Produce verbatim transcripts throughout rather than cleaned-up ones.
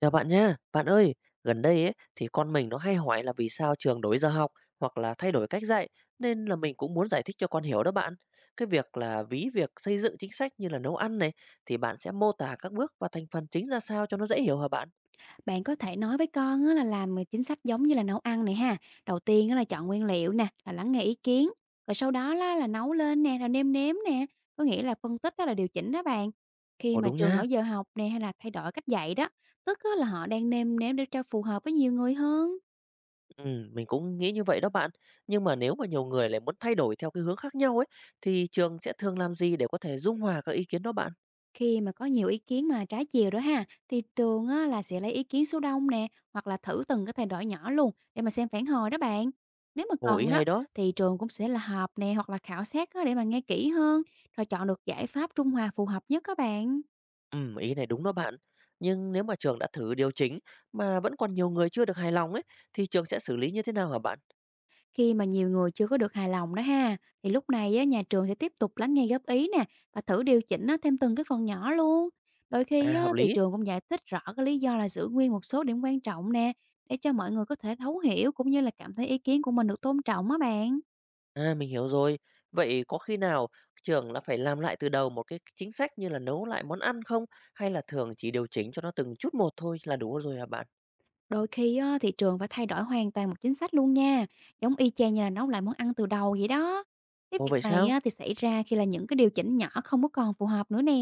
Chào bạn nhá. Bạn ơi, gần đây ấy thì con mình nó hay hỏi là vì sao trường đổi giờ học hoặc là thay đổi cách dạy, nên là mình cũng muốn giải thích cho con hiểu đó bạn. Cái việc là ví việc xây dựng chính sách như là nấu ăn này, thì bạn sẽ mô tả các bước và thành phần chính ra sao cho nó dễ hiểu hả bạn? Bạn có thể nói với con á là làm chính sách giống như là nấu ăn này ha. Đầu tiên á là chọn nguyên liệu nè, là lắng nghe ý kiến. Rồi sau đó là, là nấu lên nè, rồi nêm nếm nè. Có nghĩa là phân tích đó là điều chỉnh đó bạn. Khi Ồ mà đúng trường nha. đổi giờ học nè hay là thay đổi cách dạy đó, tức á là họ đang nêm nếm để cho phù hợp với nhiều người hơn. Ừ, mình cũng nghĩ như vậy đó bạn. Nhưng mà nếu mà nhiều người lại muốn thay đổi theo cái hướng khác nhau ấy, thì trường sẽ thường làm gì để có thể dung hòa các ý kiến đó bạn? Khi mà có nhiều ý kiến mà trái chiều đó ha, thì thường á, là sẽ lấy ý kiến số đông nè, hoặc là thử từng cái thay đổi nhỏ luôn để mà xem phản hồi đó bạn. Nếu mà Ồ, ý cần hay đó, đó. thì trường cũng sẽ là họp nè hoặc là khảo sát á, để mà nghe kỹ hơn, rồi chọn được giải pháp trung hòa phù hợp nhất các bạn. Ừm, ý này đúng đó bạn. Nhưng nếu mà trường đã thử điều chỉnh mà vẫn còn nhiều người chưa được hài lòng ấy, thì trường sẽ xử lý như thế nào hả bạn? Khi mà nhiều người chưa có được hài lòng đó ha, thì lúc này á, nhà trường sẽ tiếp tục lắng nghe góp ý nè và thử điều chỉnh á, thêm từng cái phần nhỏ luôn. Đôi khi À, hợp á, thì lý. trường cũng giải thích rõ cái lý do là giữ nguyên một số điểm quan trọng nè để cho mọi người có thể thấu hiểu cũng như là cảm thấy ý kiến của mình được tôn trọng á bạn. À, mình hiểu rồi. Vậy có khi nào trường là phải làm lại từ đầu một cái chính sách như là nấu lại món ăn không? Hay là thường chỉ điều chỉnh cho nó từng chút một thôi là đủ rồi hả bạn? Đôi khi á, thì trường phải thay đổi hoàn toàn một chính sách luôn nha, giống y chang như là nấu lại món ăn từ đầu vậy đó. Cái Ồ, việc vậy này sao? á, thì xảy ra khi là những cái điều chỉnh nhỏ không có còn phù hợp nữa nè.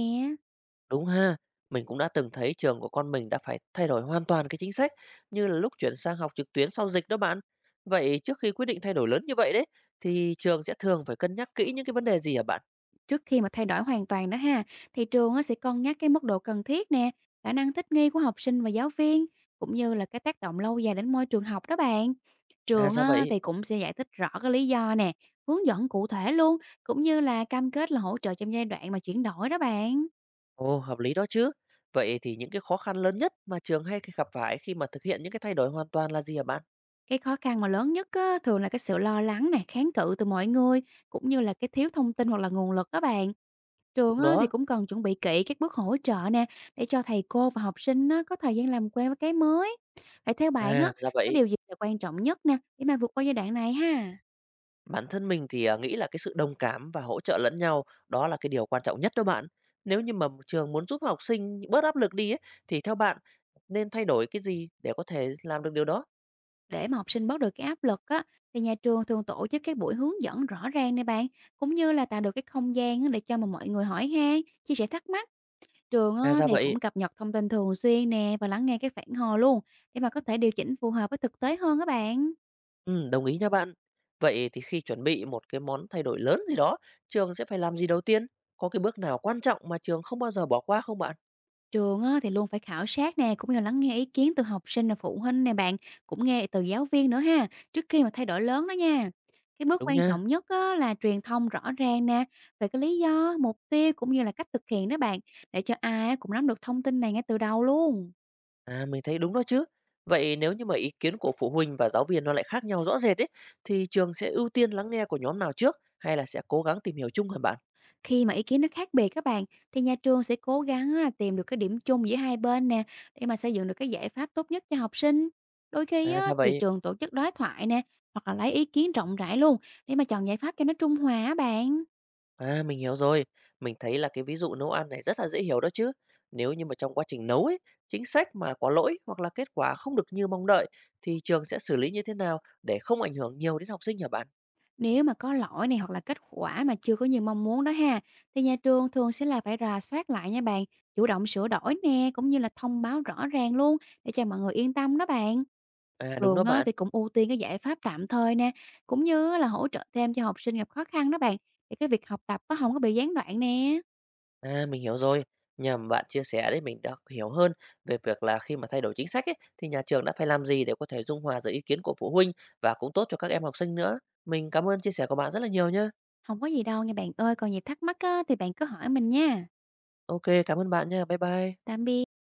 Đúng ha, mình cũng đã từng thấy trường của con mình đã phải thay đổi hoàn toàn cái chính sách như là lúc chuyển sang học trực tuyến sau dịch đó bạn. Vậy trước khi quyết định thay đổi lớn như vậy đấy, thì trường sẽ thường phải cân nhắc kỹ những cái vấn đề gì hả bạn? Trước khi mà thay đổi hoàn toàn đó ha, thì trường á sẽ cân nhắc cái mức độ cần thiết nè, khả năng thích nghi của học sinh và giáo viên, cũng như là cái tác động lâu dài đến môi trường học đó bạn. À Trường ra á, vậy. thì cũng sẽ giải thích rõ cái lý do nè, hướng dẫn cụ thể luôn, cũng như là cam kết là hỗ trợ trong giai đoạn mà chuyển đổi đó bạn. Ồ, hợp lý đó chứ. Vậy thì những cái khó khăn lớn nhất mà trường hay gặp phải khi mà thực hiện những cái thay đổi hoàn toàn là gì hả bạn? Cái khó khăn mà lớn nhất á, thường là cái sự lo lắng nè, kháng cự từ mọi người, cũng như là cái thiếu thông tin hoặc là nguồn lực đó bạn. Trường Đúng á, thì đó. cũng cần chuẩn bị kỹ các bước hỗ trợ nè, để cho thầy cô và học sinh á, có thời gian làm quen với cái mới. Vậy theo bạn á, À, ra cái vậy. điều gì là quan trọng nhất nè, để mà vượt qua giai đoạn này ha? Bản thân mình thì, à, nghĩ là cái sự đồng cảm và hỗ trợ lẫn nhau đó là cái điều quan trọng nhất đó bạn. Nếu như mà trường muốn giúp học sinh bớt áp lực đi ấy, thì theo bạn nên thay đổi cái gì để có thể làm được điều đó? Để mà học sinh bớt được cái áp lực á, thì nhà trường thường tổ chức các buổi hướng dẫn rõ ràng nè bạn, cũng như là tạo được cái không gian á, để cho mà mọi người hỏi han, chia sẻ thắc mắc. Trường À, á, ra thì vậy. cũng cập nhật thông tin thường xuyên nè và lắng nghe cái phản hồi luôn, để mà có thể điều chỉnh phù hợp với thực tế hơn các bạn. Ừm, đồng ý nha bạn. Vậy thì khi chuẩn bị một cái món thay đổi lớn gì đó, trường sẽ phải làm gì đầu tiên? Có cái bước nào quan trọng mà trường không bao giờ bỏ qua không bạn? Trường á, thì luôn phải khảo sát nè, cũng như lắng nghe ý kiến từ học sinh và phụ huynh nè bạn, cũng nghe từ giáo viên nữa ha, trước khi mà thay đổi lớn đó nha. Cái bước Đúng quan nha. trọng nhất á, là truyền thông rõ ràng nè, về cái lý do, mục tiêu cũng như là cách thực hiện đó bạn, để cho ai á cũng nắm được thông tin này ngay từ đầu luôn. À, mình thấy đúng đó chứ. Vậy nếu như mà ý kiến của phụ huynh và giáo viên nó lại khác nhau rõ rệt ấy, thì trường sẽ ưu tiên lắng nghe của nhóm nào trước hay là sẽ cố gắng tìm hiểu chung hả bạn? Khi mà ý kiến nó khác biệt các bạn, thì nhà trường sẽ cố gắng á là tìm được cái điểm chung giữa hai bên nè, để mà xây dựng được cái giải pháp tốt nhất cho học sinh. Đôi khi À, á, ra thì vậy. trường tổ chức đối thoại nè, hoặc là lấy ý kiến rộng rãi luôn để mà chọn giải pháp cho nó trung hòa á bạn. À, mình hiểu rồi. Mình thấy là cái ví dụ nấu ăn này rất là dễ hiểu đó chứ. Nếu như mà trong quá trình nấu ấy, chính sách mà có lỗi hoặc là kết quả không được như mong đợi, thì trường sẽ xử lý như thế nào để không ảnh hưởng nhiều đến học sinh hả bạn? Nếu mà có lỗi này hoặc là kết quả mà chưa có như mong muốn đó ha, thì nhà trường thường sẽ là phải rà soát lại nha bạn, chủ động sửa đổi nè, cũng như là thông báo rõ ràng luôn để cho mọi người yên tâm đó bạn. À, đúng Trường đó á bạn. thì cũng ưu tiên cái giải pháp tạm thời nè, cũng như á là hỗ trợ thêm cho học sinh gặp khó khăn đó bạn, để cái việc học tập nó không có bị gián đoạn nè. À, mình hiểu rồi. Nhờ mà bạn chia sẻ đấy, mình đã hiểu hơn về việc là khi mà thay đổi chính sách ấy, thì nhà trường đã phải làm gì để có thể dung hòa giữa ý kiến của phụ huynh và cũng tốt cho các em học sinh nữa. Mình cảm ơn chia sẻ của bạn rất là nhiều nhá. Không có gì đâu nha bạn ơi, còn gì thắc mắc á thì bạn cứ hỏi mình nha. Ok, cảm ơn bạn nha. Bye bye. Tạm biệt.